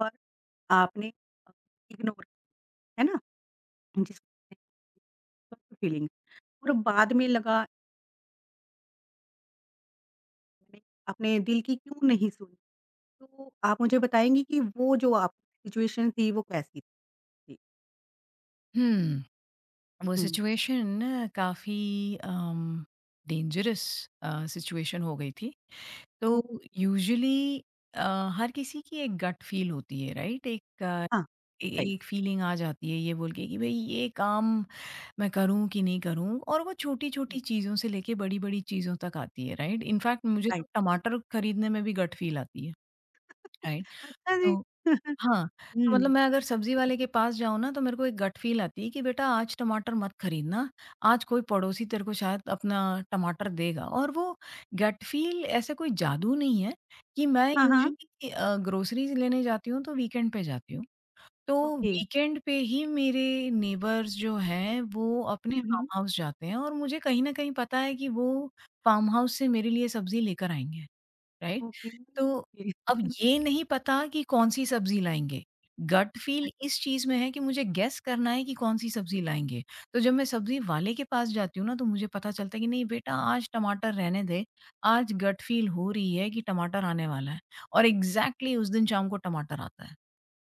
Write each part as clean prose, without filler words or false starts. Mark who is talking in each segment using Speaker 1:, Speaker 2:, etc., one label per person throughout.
Speaker 1: पर आपने अ, इग्नोर है ना? जिसमें फीलिंग और बाद में लगा मैंने अपने दिल की क्यों नहीं सुनी? तो आप मुझे बताएँगी कि वो जो आप सिचुएशन थी वो कैसी थी?
Speaker 2: हम्म, वो
Speaker 1: हुँ।
Speaker 2: सिचुएशन ना काफ़ी अम, डेंजरस सिचुएशन हो गई थी। तो
Speaker 1: तो
Speaker 2: यूजुअली अ, हर किसी की एक गट फील होती है, राइट? एक अ,
Speaker 1: हाँ,
Speaker 2: ए
Speaker 1: राइट,
Speaker 2: एक फीलिंग आ जाती है ये बोल के कि भई ये काम मैं करूँ कि नहीं करूँ? और वो
Speaker 1: हुँ,
Speaker 2: छोटी-छोटी चीज़ों से लेके बड़ी-बड़ी चीज़ों तक आती है, राइट? इनफैक्ट मुझे तो
Speaker 1: राइट।
Speaker 2: टमाटर खरीदने में भी गट फील आती है, राइट?
Speaker 1: अच्छा जी।
Speaker 2: तो हाँ, तो मतलब
Speaker 1: हुँ।
Speaker 2: मैं अगर सब्ज़ी वाले के पास जाऊँ ना, तो मेरे को एक गट फ़ील आती है कि बेटा आज टमाटर मत खरीदना, आज कोई पड़ोसी तेरे को शायद अपना टमाटर देगा, और वो गट फ़ील ऐसे कोई जादू नहीं है कि मैं
Speaker 1: हाँ, हाँ।
Speaker 2: यूजुअली ग्रोसरीज़ लेने जाती हूँ तो वीकेंड पे जाती हूँ। तो
Speaker 1: ओके।
Speaker 2: वीकेंड पे ही मेरे नेबर्स जो हैं वो अपने
Speaker 1: हुँ,
Speaker 2: फार्म
Speaker 1: हुँ।
Speaker 2: हाउस जाते हैं, और मुझे कहीं न कहीं पता है कि वो फार्म हाउस से मेरे लिए सब्ज़ी लेकर आएँगे, राइट?
Speaker 1: ओके।
Speaker 2: तो
Speaker 1: ओके।
Speaker 2: अब ये नहीं पता कि कौन-सी सब्ज़ी लाएँगे। गट फ़ील इस चीज़ में है कि मुझे गेस करना है कि कौन-सी सब्ज़ी लाएँगे। तो जब मैं सब्ज़ी वाले के पास जाती हूँ ना, तो मुझे पता चलता है कि नहीं बेटा आज टमाटर रहने दे, आज गट फ़ील हो रही है कि टमाटर आने वाला है, और एग्ज़ैक्टली उस दिन शाम को टमाटर आता है।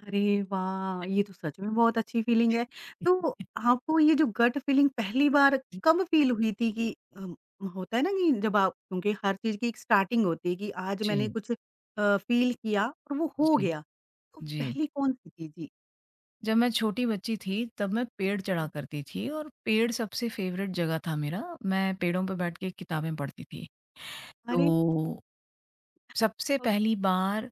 Speaker 1: अरे वाह! ये तो सच में बहुत अच्छी फीलिंग है। तो आपको ये जो गट फीलिंग पहली बार कब फील हुई थी कि होता है ना कि जब आप क्योंकि हर चीज़ की एक स्टार्टिंग होती है कि आज मैंने
Speaker 2: जी,
Speaker 1: कुछ फील किया और वो हो
Speaker 2: जी,
Speaker 1: गया। तो वो
Speaker 2: जी।
Speaker 1: पहली कौन-सी थी? जी।
Speaker 2: जब मैं छोटी बच्ची थी तब मैं पेड़ चढ़ा
Speaker 1: हुँ।
Speaker 2: करती थी, और पेड़ सबसे फ़ेवरेट जगह था मेरा। मैं पेड़ों पे बैठ के किताबें पढ़ती थी। तो
Speaker 1: अरे!
Speaker 2: सबसे
Speaker 1: ओह!
Speaker 2: पहली बार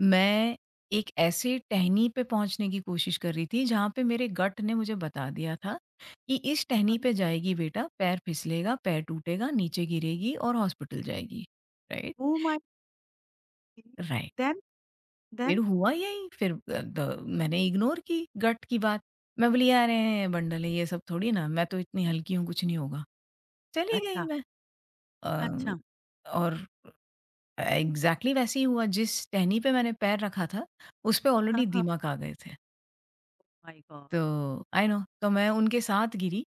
Speaker 2: मैं एक ऐसे टहनी पे पहुँचने की कोशिश कर रही थी, जहाँ पे मेरे गट ने मुझे बता दिया था कि इस
Speaker 1: हाँ,
Speaker 2: टहनी
Speaker 1: हाँ।
Speaker 2: पे जाएगी बेटा, पैर फिसलेगा, पैर टूटेगा, नीचे गिरेगी और हॉस्पिटल जाएगी। Right?
Speaker 1: Oh my
Speaker 2: right.
Speaker 1: Then
Speaker 2: फिर
Speaker 1: देन?
Speaker 2: हुआ यही, फिर अ, द मैंने इग्नोर की गट की बात। मैं बोली, "अरे! बंडल है, ये सब थोड़ी ना, मैं तो इतनी हल्की हूँ, कुछ नहीं होगा।" चली गई
Speaker 1: अच्छा,
Speaker 2: मैं। अ,
Speaker 1: अच्छा।
Speaker 2: और एग्ज़ैक्टली वैसे ही हुआ जिस टहनी पे मैंने पैर रखा था, उस पे
Speaker 1: हाँ,
Speaker 2: ऑलरेडी
Speaker 1: हाँ।
Speaker 2: दीमक आ गए थे।
Speaker 1: माय
Speaker 2: तो
Speaker 1: गॉड! ओके
Speaker 2: आई नो, तो मैं उनके साथ गिरी,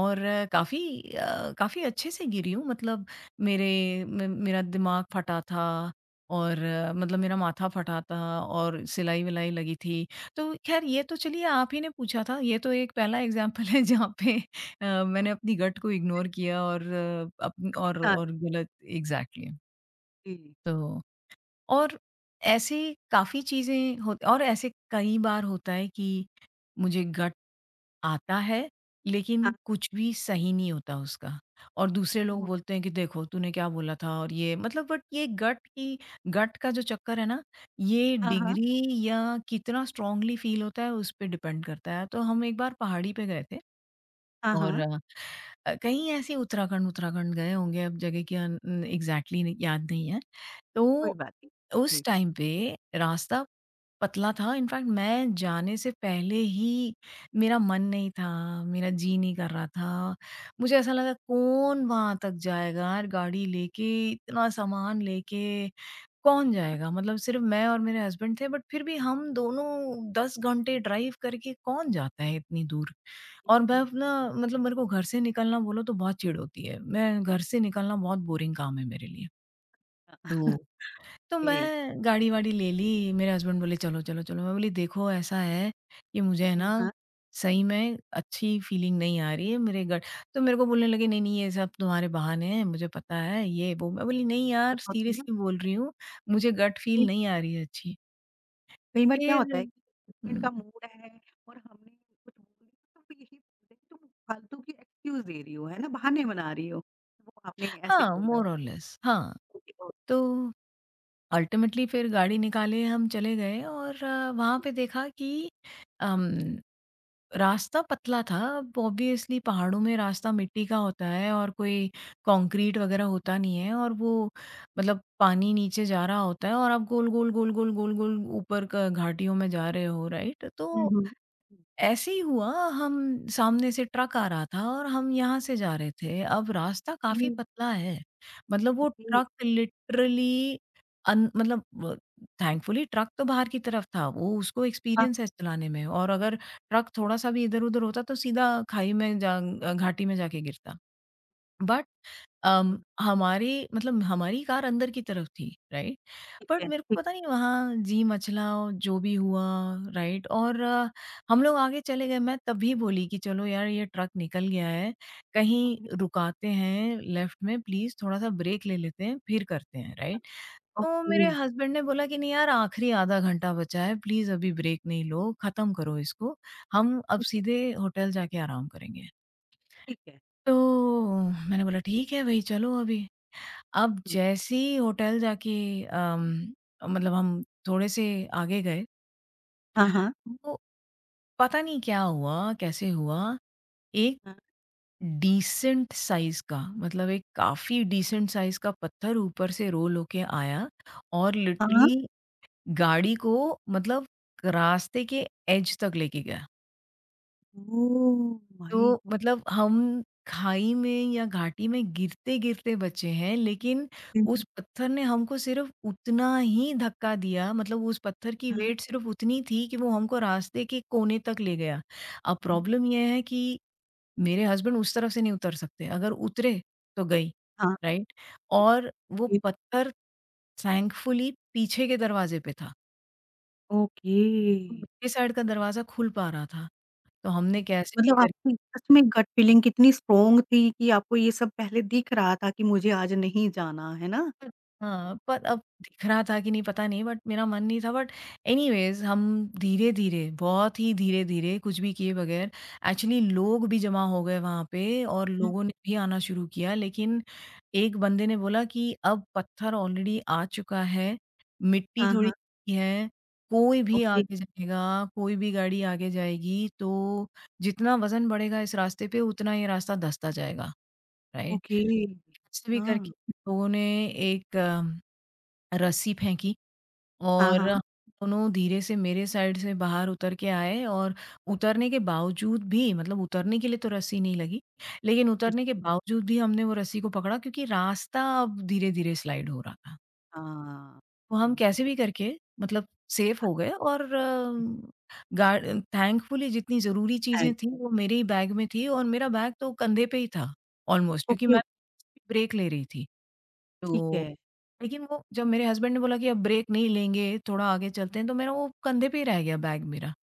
Speaker 2: और काफ़ी काफ़ी अच्छे से गिरी हूँ, मतलब मेरे मे मेरा दिमाग फटा था, और मतलब मेरा माथा फटा था और सिलाई-विलाई लगी थी। तो ख़ैर ये तो चलिए आप ही ने पूछा था, ये तो एक पहला एग्ज़ाम्पल है जहाँ पे मैंने अपनी गट को इग्नोर किया, और अप
Speaker 1: हाँ,
Speaker 2: और गलत एग्ज़ैक्टली।
Speaker 1: जी।
Speaker 2: तो और ऐसे काफ़ी चीज़ें हो, और ऐसे कई बार होता है कि मुझे गट आता है,
Speaker 1: हाँ,
Speaker 2: लेकिन कुछ भी सही नहीं होता उसका, और दूसरे लोग
Speaker 1: वो
Speaker 2: बोलते हैं कि देखो तूने क्या बोला था, और ये मतलब बट ये गट की गट का जो चक्कर है ना, ये
Speaker 1: हाँ, हाँ।
Speaker 2: डिग्री या कितना स्ट्रांगली फ़ील होता है उस पे डिपेंड करता है। तो हम एक बार पहाड़ी पे गए थे,
Speaker 1: हाँ,
Speaker 2: और
Speaker 1: हाँ।
Speaker 2: कहीं ऐसे उत्तराखंड उत्तराखंड गए होंगे, अब जगह की अन एग्ज़ैक्टली याद नहीं है।
Speaker 1: कोई
Speaker 2: तो
Speaker 1: बात नहीं।
Speaker 2: उस
Speaker 1: जी।
Speaker 2: टाइम पे रास्ता पतला था, इनफैक्ट मैं जाने से पहले ही मेरा मन नहीं था, मेरा जी नहीं कर रहा था। मुझे ऐसा लगा कौन वहाँ तक जाएगा यार गाड़ी लेके, इतना सामान लेके कौन जाएगा? मतलब सिर्फ़ मैं और मेरे हस्बैंड थे, बट फिर भी हम दोनों 10 घंटे ड्राइव करके कौन जाता है इतनी दूर? और मैं
Speaker 1: हुँ, हुँ।
Speaker 2: अपना मतलब मेरे को घर से निकलना बोलो तो बहुत चिढ़ होती है। मैं घर से निकलना बहुत बोरिंग काम है मेरे लिए।
Speaker 1: अ,
Speaker 2: तो
Speaker 1: ए
Speaker 2: मैं गाड़ी-वाड़ी ले ली, मेरे हस्बैंड बोले चलो, चलो, चलो। मैं बोली देखो ऐसा है कि मुझे है ना
Speaker 1: हाँ, हाँ,
Speaker 2: सही में अच्छी फीलिंग नहीं आ रही है मेरे गट, तो मेरे को बोलने लगे नहीं, नहीं ये सब तुम्हारे बहाने हैं, मुझे पता है ये वो। मैं बोली नहीं
Speaker 1: तो
Speaker 2: यार
Speaker 1: होती है ना,
Speaker 2: सीरियसली बोल रही हूँ, मुझे गट फील
Speaker 1: कई
Speaker 2: नहीं आ रही है अच्छी।
Speaker 1: कई बार क्या
Speaker 2: फिर,
Speaker 1: होता है कि हस्बैंड का
Speaker 2: हुँ,
Speaker 1: मूड है और हमने कुछ बोल दिया तो वो यही बोलते हैं कि तुम फालतू की एक्सक्यूज़ दे रही हो, है ना, बहाने बना रही हो। वो आपने ऐसे
Speaker 2: हाँ,
Speaker 1: बोला है।
Speaker 2: मोर और लेस, हाँ,
Speaker 1: ओके, ओ
Speaker 2: तो अल्टीमेटली फिर गाड़ी निकाले, हम चले गए, और वहाँ पे देखा कि अम, रास्ता पतला था। अब ऑब्वियसली पहाड़ों में रास्ता मिट्टी का होता है, और कोई कंक्रीट वगैरह होता नहीं है, और वो मतलब पानी नीचे जा रहा होता है और आप गोल-गोल, गोल-गोल, गोल-गोल ऊपर क घाटियों में जा रहे हो, राइट?
Speaker 1: हुँ,
Speaker 2: तो
Speaker 1: हुँ।
Speaker 2: ऐसे ही हुआ हम सामने से ट्रक आ रहा था, और हम यहाँ से जा रहे थे। अब रास्ता
Speaker 1: हुँ,
Speaker 2: काफ़ी पतला है, मतलब वो
Speaker 1: ओके,
Speaker 2: ट्रक लिटरली अन मतलब व थैंकफुली ट्रक तो बाहर की तरफ था, वो उसको
Speaker 1: हाँ,
Speaker 2: एक्सपीरियंस है चलाने में, और अगर ट्रक थोड़ा-सा भी इधर-उधर होता तो सीधा खाई में घाटी में जाके गिरता। बट
Speaker 1: हाँ,
Speaker 2: हमारे मतलब हमारी कार अंदर की तरफ थी, राइट?
Speaker 1: ठीक
Speaker 2: बट
Speaker 1: है,
Speaker 2: मेरे
Speaker 1: ठीक
Speaker 2: को पता
Speaker 1: है।
Speaker 2: नहीं वहाँ जी मचला और जो भी हुआ, राइट? और हम लोग आगे चले गए, मैं तभी बोली कि चलो यार ये ट्रक निकल गया है,
Speaker 1: हुँ,
Speaker 2: कहीं
Speaker 1: हुँ,
Speaker 2: रुकाते हैं लेफ्ट में, प्लीज़ थोड़ा-सा ब्रेक ले लेते हैं, फिर करते हैं, राइट? तो
Speaker 1: ओके,
Speaker 2: मेरे हस्बैंड ने बोला कि नहीं यार आखिरी आधा घंटा बचा है, प्लीज़ अभी ब्रेक नहीं लो, खत्म करो इसको, हम अब
Speaker 1: ठीक है,
Speaker 2: सीधे होटल जाके आराम करेंगे।
Speaker 1: ठीक है।
Speaker 2: तो मैंने बोला ठीक है भई चलो अभी। अब
Speaker 1: हुँ,
Speaker 2: जैसे ही होटल जाके अम, मतलब हम थोड़े से आगे गए,
Speaker 1: हाँ, हाँ,
Speaker 2: वो पता नहीं क्या हुआ, कैसे हुआ, एक डीसेंट साइज़ का मतलब एक काफ़ी डीसेंट साइज़ का पत्थर ऊपर से रोल होके आया और
Speaker 1: हाँ, हाँ।
Speaker 2: लिटरली गाड़ी को मतलब रास्ते के एज तक लेके गया।
Speaker 1: ओह माय
Speaker 2: तो
Speaker 1: गॉड!
Speaker 2: मतलब हम खाई में या घाटी में गिरते-गिरते बचे हैं, लेकिन उस पत्थर ने हमको सिर्फ़ उतना ही धक्का दिया, मतलब उस पत्थर की
Speaker 1: हाँ,
Speaker 2: वेट सिर्फ़ उतनी थी कि वो हमको रास्ते के कोने तक ले गया। अब
Speaker 1: हुँ,
Speaker 2: प्रॉब्लम ये है कि मेरे हस्बैंड उस तरफ से नहीं उतर सकते, अगर उतरे तो गई,
Speaker 1: हाँ,
Speaker 2: राइट?
Speaker 1: ओके,
Speaker 2: और वो पत्थर थैंकफुली पीछे के दरवाजे पे था,
Speaker 1: ओके।
Speaker 2: मेरे साइड का दरवाज़ा खुल पा रहा था। तो
Speaker 1: हुँ,
Speaker 2: हमने कैसे भी
Speaker 1: मतलब
Speaker 2: करके,
Speaker 1: आपकी सच में गट फीलिंग कितनी स्ट्रॉन्ग थी कि आपको ये सब पहले दिख रहा था कि मुझे आज नहीं जाना, है ना?
Speaker 2: पर हाँ, पर अब दिख रहा था कि नहीं पता नहीं बट मेरा मन नहीं था, बट एनीवेज़ हम धीरे-धीरे, बहुत ही धीरे-धीरे कुछ भी किए बगैर एक्चुअली लोग भी जमा हो गए वहाँ पे, और
Speaker 1: हुँ,
Speaker 2: लोगों ने भी आना शुरू किया, लेकिन एक बंदे ने बोला कि अब पत्थर ऑलरेडी आ चुका है, मिट्टी
Speaker 1: हाँ,
Speaker 2: थोड़ी
Speaker 1: हाँ,
Speaker 2: है, कोई भी
Speaker 1: ओके,
Speaker 2: आगे जाएगा, कोई भी गाड़ी आगे जाएगी, तो जितना वज़न बढ़ेगा इस रास्ते पे उतना ये रास्ता धँसता जाएगा, राइट?
Speaker 1: ओके,
Speaker 2: ऐसे भी
Speaker 1: हाँ।
Speaker 2: करके लोगों ने एक रस्सी फेंकी,
Speaker 1: हाँ,
Speaker 2: और
Speaker 1: हाँ,
Speaker 2: दोनों धीरे से मेरे साइड से बाहर उतर के आए, और उतरने के बावजूद भी, मतलब उतरने के लिए तो रस्सी नहीं लगी, लेकिन उतरने
Speaker 1: जी,
Speaker 2: के बावजूद भी हमने वो रस्सी को पकड़ा, क्योंकि रास्ता अब धीरे-धीरे स्लाइड हो रहा था।
Speaker 1: हाँ।
Speaker 2: तो हम कैसे भी करके मतलब सेफ हो गए, और गार्ड थैंकफुली जितनी ज़रूरी
Speaker 1: हाँ,
Speaker 2: चीज़ें थी वो मेरे ही बैग में थी, और मेरा बैग तो कंधे पे ही था ऑलमोस्ट, क्योंकि
Speaker 1: ओके,
Speaker 2: मैं
Speaker 1: ओके,
Speaker 2: ब्रेक ले रही थी।
Speaker 1: ठीक
Speaker 2: तो
Speaker 1: है।
Speaker 2: लेकिन वो जब मेरे हस्बैंड ने बोला कि अब ब्रेक नहीं लेंगे, थोड़ा आगे चलते हैं, तो मेरा वो कंधे पे ही रह गया बैग मेरा।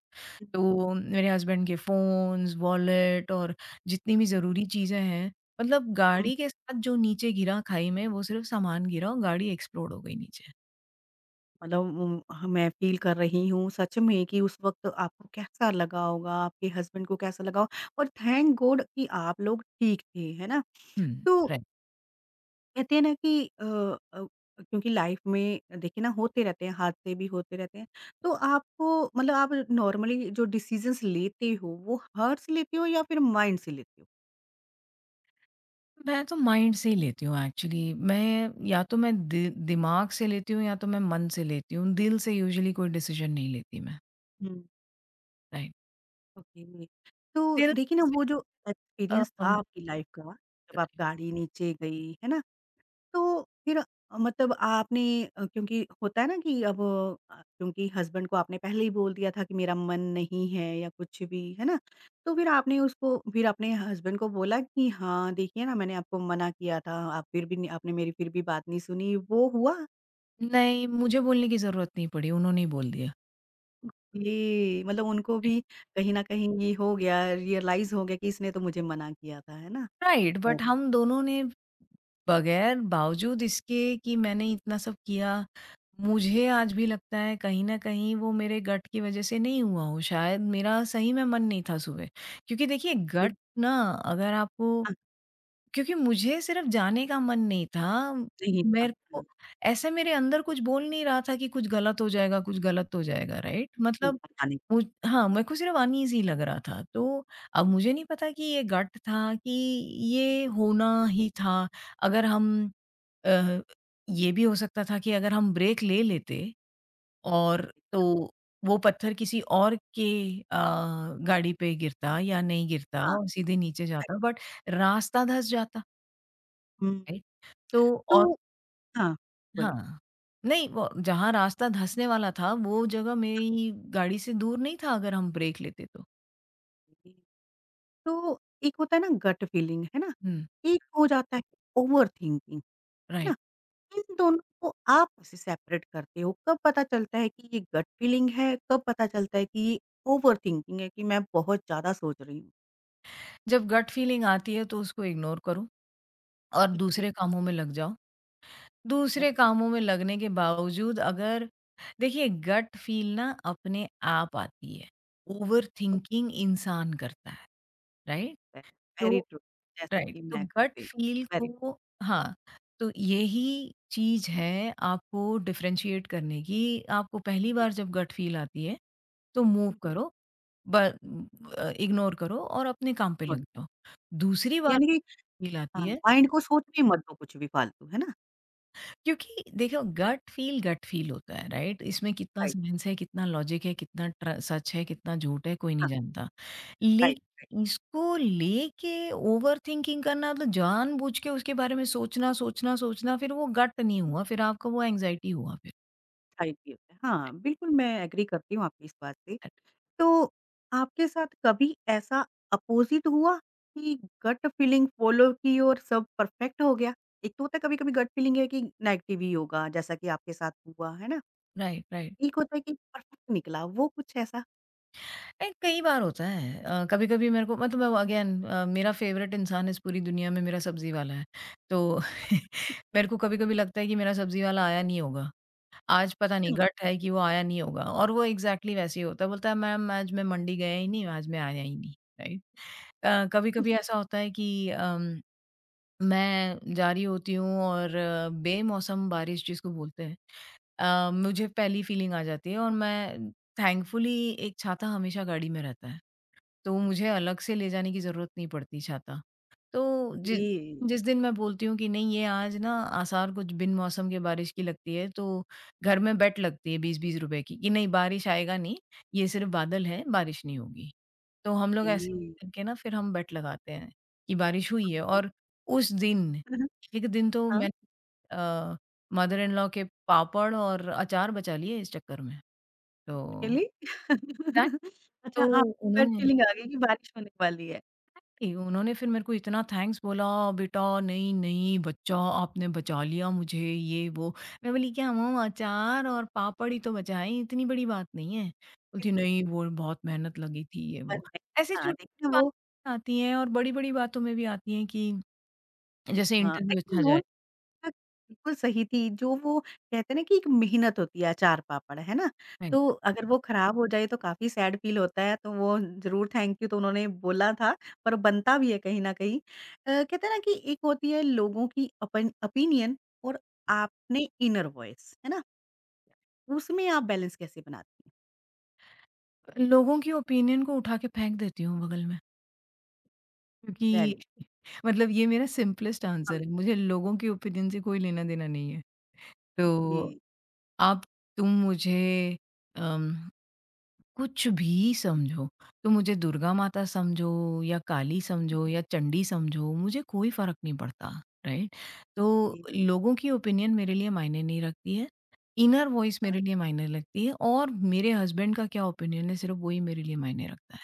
Speaker 2: तो मेरे हस्बैंड के फ़ोन्स, वॉलेट, और जितनी भी ज़रूरी चीज़ें हैं, मतलब
Speaker 1: हुँ,
Speaker 2: गाड़ी के साथ जो नीचे गिरा खाई में, वो सिर्फ़ सामान गिरा, और गाड़ी एक्सप्लोड हो गई नीचे।
Speaker 1: मतलब हाँ, मैं फ़ील कर रही हूँ सच में कि उस वक़्त आपको कैसा लगा होगा, आपके हस्बैंड को कैसा लगा हो और थैंक गॉड कि आप लोग ठीक थे, है ना?
Speaker 2: हुँ,
Speaker 1: तो
Speaker 2: राइट।
Speaker 1: कहते हैं ना कि अ, क्योंकि लाइफ में देखिए ना होते रहते हैं, हादसे भी होते रहते हैं। तो आपको मतलब आप नॉर्मली जो डिसीज़न्स लेते हो, वो हार्ट से लेते हो या फिर माइंड से लेते हो?
Speaker 2: मैं तो माइंड से ही लेती हूँ एक्चुअली। मैं या तो मैं दि दिमाग से लेती हूँ, या तो मैं मन से लेती हूँ। दिल से यूजुअली कोई डिसीज़न नहीं लेती मैं,
Speaker 1: हुँ।
Speaker 2: राइट।
Speaker 1: ओके। तो
Speaker 2: दिल
Speaker 1: देखिए ना
Speaker 2: से
Speaker 1: वो जो
Speaker 2: अ,
Speaker 1: एक्सपीरियंस था
Speaker 2: अम
Speaker 1: आपकी लाइफ का, जब आप गाड़ी नीचे गई, है ना? तो फिर मतलब आपने क्योंकि होता है ना कि अब क्योंकि हस्बैंड को आपने पहले ही बोल दिया था कि मेरा मन नहीं है या कुछ भी, है ना? तो फिर आपने उसको फिर अपने हस्बैंड को बोला कि हाँ, देखिए ना मैंने आपको मना किया था, आप फिर भी नहीं आपने मेरी फिर भी बात नहीं सुनी, वो हुआ?
Speaker 2: नहीं, मुझे बोलने की ज़रूरत नहीं पड़ी, उन्होंने ही बोल दिया।
Speaker 1: ये मतलब उनको भी कहीं न कहीं ये हो गया, रियलाइज़ हो गया कि इसने तो मुझे मना किया था, है ना?
Speaker 2: Right
Speaker 1: oh!
Speaker 2: बट हम दोनों ने बगैर बावजूद इसके कि मैंने इतना सब किया, मुझे आज भी लगता है कहीं न कहीं वो मेरे गट की वज़ह से नहीं हुआ हो, शायद मेरा सही में मन नहीं था सुबह। क्योंकि देखिए
Speaker 1: ये
Speaker 2: गट ना अगर आपको
Speaker 1: हाँ,
Speaker 2: क्योंकि मुझे सिर्फ़ जाने का मन नहीं था,
Speaker 1: नहीं था
Speaker 2: मेरे
Speaker 1: हाँ,
Speaker 2: को ऐसे मेरे अंदर कुछ बोल नहीं रहा था कि कुछ गलत हो जाएगा, कुछ गलत हो जाएगा, राइट?
Speaker 1: नहीं
Speaker 2: मतलब
Speaker 1: था जाने
Speaker 2: मुझ हाँ, मेरे को सिर्फ़ अनईज़ी लग रहा था। तो अब मुझे नहीं पता कि ये गट था कि
Speaker 1: हुँ,
Speaker 2: ये होना ही था। अगर हम अ, ये भी हो सकता था कि अगर हम ब्रेक ले लेते, और तो वो पत्थर किसी और के अ, गाड़ी पे गिरता या नहीं गिरता
Speaker 1: हाँ,
Speaker 2: और सीधे नीचे जाता, बट रास्ता धँस जाता,
Speaker 1: हुँ,
Speaker 2: राइट? तो
Speaker 1: तो
Speaker 2: और
Speaker 1: हाँ, बोलिए।
Speaker 2: हाँ। नहीं, वो जहाँ रास्ता धँसने वाला था, वो जगह मेरी गाड़ी से दूर नहीं था अगर हम ब्रेक लेते तो।
Speaker 1: जी। तो एक होता है ना गट फीलिंग, है ना?
Speaker 2: हुँ,
Speaker 1: एक हो जाता है ओवर थिंकिंग, है ना?
Speaker 2: राइट।
Speaker 1: इन दोनों को आप कैसे सेपरेट करते हो? कब पता चलता है कि ये गट फीलिंग है, कब पता चलता है कि ये ओवर थिंकिंग है कि मैं बहुत ज़्यादा सोच रही हूँ?
Speaker 2: जब गट फीलिंग आती है तो उसको इग्नोर करो और
Speaker 1: ये
Speaker 2: दूसरे कामों में लग जाओ।
Speaker 1: है
Speaker 2: दूसरे कामों में लगने के बावजूद अगर, देखिए गट फील ना अपने आप आती है। ओवरथिंकिंग इंसान करता है, राइट? तो
Speaker 1: वेरी ट्रू जैसे
Speaker 2: राइट,
Speaker 1: कि
Speaker 2: तो
Speaker 1: मैं
Speaker 2: गट
Speaker 1: करती हूँ,
Speaker 2: फील
Speaker 1: वेरी
Speaker 2: को हाँ, तो यही चीज़ है आपको डिफरेंशिएट करने की। आपको पहली बार जब गट फील आती है तो मूव करो, ब इग्नोर करो और अपने काम पे
Speaker 1: गुड
Speaker 2: लग जाओ। दूसरी बार
Speaker 1: यानी कि
Speaker 2: फील आती
Speaker 1: हाँ,
Speaker 2: है,
Speaker 1: माइंड को सोचने मत दो कुछ भी फालतू, है ना?
Speaker 2: क्योंकि देखो गट फील होता है राइट, इसमें कितना
Speaker 1: राइट,
Speaker 2: साइंस है, कितना लॉजिक है, कितना सच है, कितना झूठ है, कोई नहीं
Speaker 1: हाँ,
Speaker 2: जानता,
Speaker 1: राइट,
Speaker 2: लेकिन इसको लेके ओवर थिंकिंग करना मतलब जानबूझ के उसके बारे में सोचना
Speaker 1: हाँ,
Speaker 2: सोचना सोचना, फिर वो गट नहीं हुआ, फिर आपको वो एंजाइटी हुआ, फिर
Speaker 1: राइट भी होता है। हाँ, बिल्कुल मैं एग्री करती हूँ आपकी इस बात से। तो आपके साथ कभी ऐसा अपोज़िट हुआ कि गट फीलिंग फ़ॉलो की और सब परफ़ेक्ट हो गया? एक तो होता है कभी-कभी गट फीलिंग है कि नेगेटिव ही होगा जैसा कि आपके साथ हुआ, है ना?
Speaker 2: राइट राइट
Speaker 1: एक होता है कि परफ़ेक्ट निकला वो कुछ ऐसा?
Speaker 2: नहीं कई बार होता है, कभी कभी मेरे को मतलब अगेन मेरा फेवरेट इंसान इस पूरी दुनिया में मेरा सब्जी वाला है, तो मेरे को कभी कभी लगता है कि मेरा सब्जी वाला आया नहीं होगा, आज पता
Speaker 1: अच्छा,
Speaker 2: नहीं
Speaker 1: ओके,
Speaker 2: गट है कि वो आया नहीं होगा, और वो एग्ज़ैक्टली वैसे ही होता है, बोलता है मैम आज मैं मंडी गया ही नहीं, आज मैं आया ही नहीं, राइट?
Speaker 1: ओके,
Speaker 2: कभी-कभी ऐसा होता है कि मैं जा रही होती हूँ और बेमौसम बारिश जिसको बोलते हैं मुझे पहली फीलिंग आ जाती है, और मैं थैंकफुली एक छाता हमेशा गाड़ी में रहता है। तो मुझे अलग से ले जाने की ज़रूरत नहीं पड़ती छाता। तो जि जिस दिन मैं बोलती हूँ कि नहीं ये आज ना आसार कुछ बिन मौसम के बारिश की लगती है, तो घर में बेट लगती है 20-20 रुपए की कि नहीं बारिश आएगा नहीं, ये सिर्फ़ बादल है, बारिश नहीं होगी। तो हम लोग ऐसे करके ना फिर हम बेट लगाते हैं कि बारिश हुई है,
Speaker 1: ओके।
Speaker 2: और उस दिन,
Speaker 1: हाँ, हाँ।
Speaker 2: एक दिन तो मैंने अ, मदर इन लॉ के पापड़ और अचार बचा लिए इस चक्कर में।
Speaker 1: हाँ,
Speaker 2: तो
Speaker 1: रियली?
Speaker 2: क्या?
Speaker 1: अच्छा
Speaker 2: तो
Speaker 1: आपको गट
Speaker 2: उन्होंने,
Speaker 1: फीलिंग आ गई कि बारिश होने वाली है।
Speaker 2: नहीं उन्होंने फिर मेरे को इतना थैंक्स बोला बेटा नहीं नहीं बच्चा आपने बचा लिया मुझे ये वो, मैं बोली क्या मम्म अचार और पापड़ ही तो बचाए इतनी बड़ी बात नहीं है,
Speaker 1: इस
Speaker 2: बोलती नहीं वो बहुत मेहनत लगी थी ये
Speaker 1: पर
Speaker 2: वो।
Speaker 1: है।
Speaker 2: ऐसे
Speaker 1: हाँ,
Speaker 2: छोटी
Speaker 1: देखिए वो
Speaker 2: बातें आती हैं, और बड़ी बड़ी बातों में भी आती हैं कि जैसे
Speaker 1: हाँ,
Speaker 2: इंटरव्यू
Speaker 1: एक्चुअली
Speaker 2: अच्छा
Speaker 1: वो
Speaker 2: जाए,
Speaker 1: बात बिल्कुल सही थी, जो वो कहते हैं ना कि एक मेहनत होती है अचार पापड़, है ना?
Speaker 2: मैं
Speaker 1: तो अगर वो खराब हो जाए तो काफ़ी सैड फ़ील होता है, तो वो ज़रूर थैंक यू तो उन्होंने बोला था, पर बनता भी है कहीं न कहीं। कहते हैं ना कि एक होती है लोगों की अपन ओपिनियन और आपने इनर वॉइस, है ना? उसमें आप बैलेंस कैसे बनाती हैं?
Speaker 2: लोगों की ओपिनियन को उठा के फेंक देती हूँ बगल में
Speaker 1: वेरी
Speaker 2: क्योंकि
Speaker 1: नाइस।
Speaker 2: मतलब ये मेरा सिंपलेस्ट आंसर है, मुझे लोगों की ओपिनियन से कोई लेना देना नहीं है। तो
Speaker 1: जी,
Speaker 2: अब तुम मुझे अम, कुछ भी समझो, तुम मुझे दुर्गा माता समझो या काली समझो या चंडी समझो, मुझे कोई फर्क नहीं पड़ता, राइट। तो
Speaker 1: जी।
Speaker 2: लोगों की ओपिनियन मेरे लिए मायने नहीं रखती है, इनर वॉइस
Speaker 1: हाँ।
Speaker 2: मेरे लिए मायने रखती है, और मेरे हस्बैंड का क्या ओपिनियन है सिर्फ वही मेरे लिए मायने रखता है,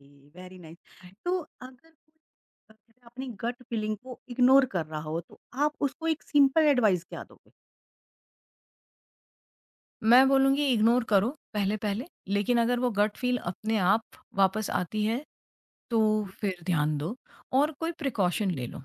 Speaker 1: जी, वेरी नाइस।
Speaker 2: right?
Speaker 1: तो अगर कोई जैसे अपनी गट फीलिंग को इग्नोर कर रहा हो, तो आप उसको एक सिंपल एडवाइस क्या दोगे?
Speaker 2: मैं बोलूँगी इग्नोर करो पहले पहले, लेकिन अगर वो गट फील अपने आप वापस आती है तो
Speaker 1: हुँ,
Speaker 2: फिर ध्यान दो और कोई
Speaker 1: जी।
Speaker 2: प्रिकॉशन ले लो,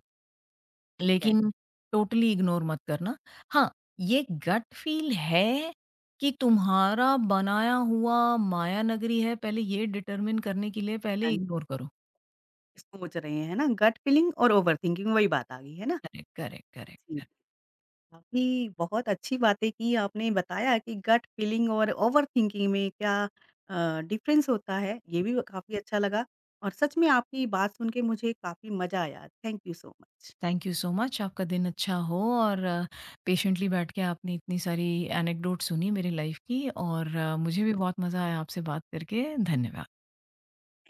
Speaker 1: ठीक है,
Speaker 2: लेकिन टोटली इग्नोर मत करना। हाँ, ये गट फ़ील है कि तुम्हारा बनाया हुआ माया नगरी है, पहले ये डिटरमिन करने के लिए पहले
Speaker 1: एंड
Speaker 2: इग्नोर करो।
Speaker 1: सोच रहे हैं, है ना? गट फीलिंग और ओवरथिंकिंग वही बात आ गई, है ना?
Speaker 2: करेक्ट, करेक्ट, करेक्ट,
Speaker 1: जी,
Speaker 2: करेक्ट।
Speaker 1: काफ़ी बहुत अच्छी बातें की आपने बताया कि गट फीलिंग और ओवरथिंकिंग में क्या डिफरेंस होता है, ये भी काफ़ी अच्छा लगा और सच में आपकी बात सुन के मुझे काफ़ी मज़ा आया। Thank you so much.
Speaker 2: Thank you so much. आपका दिन अच्छा हो, और पेशेंटली बैठ के आपने इतनी सारी एनेक्डोट सुनी मेरी लाइफ़ की और मुझे भी बहुत मज़ा आया आपसे बात करके। धन्यवाद।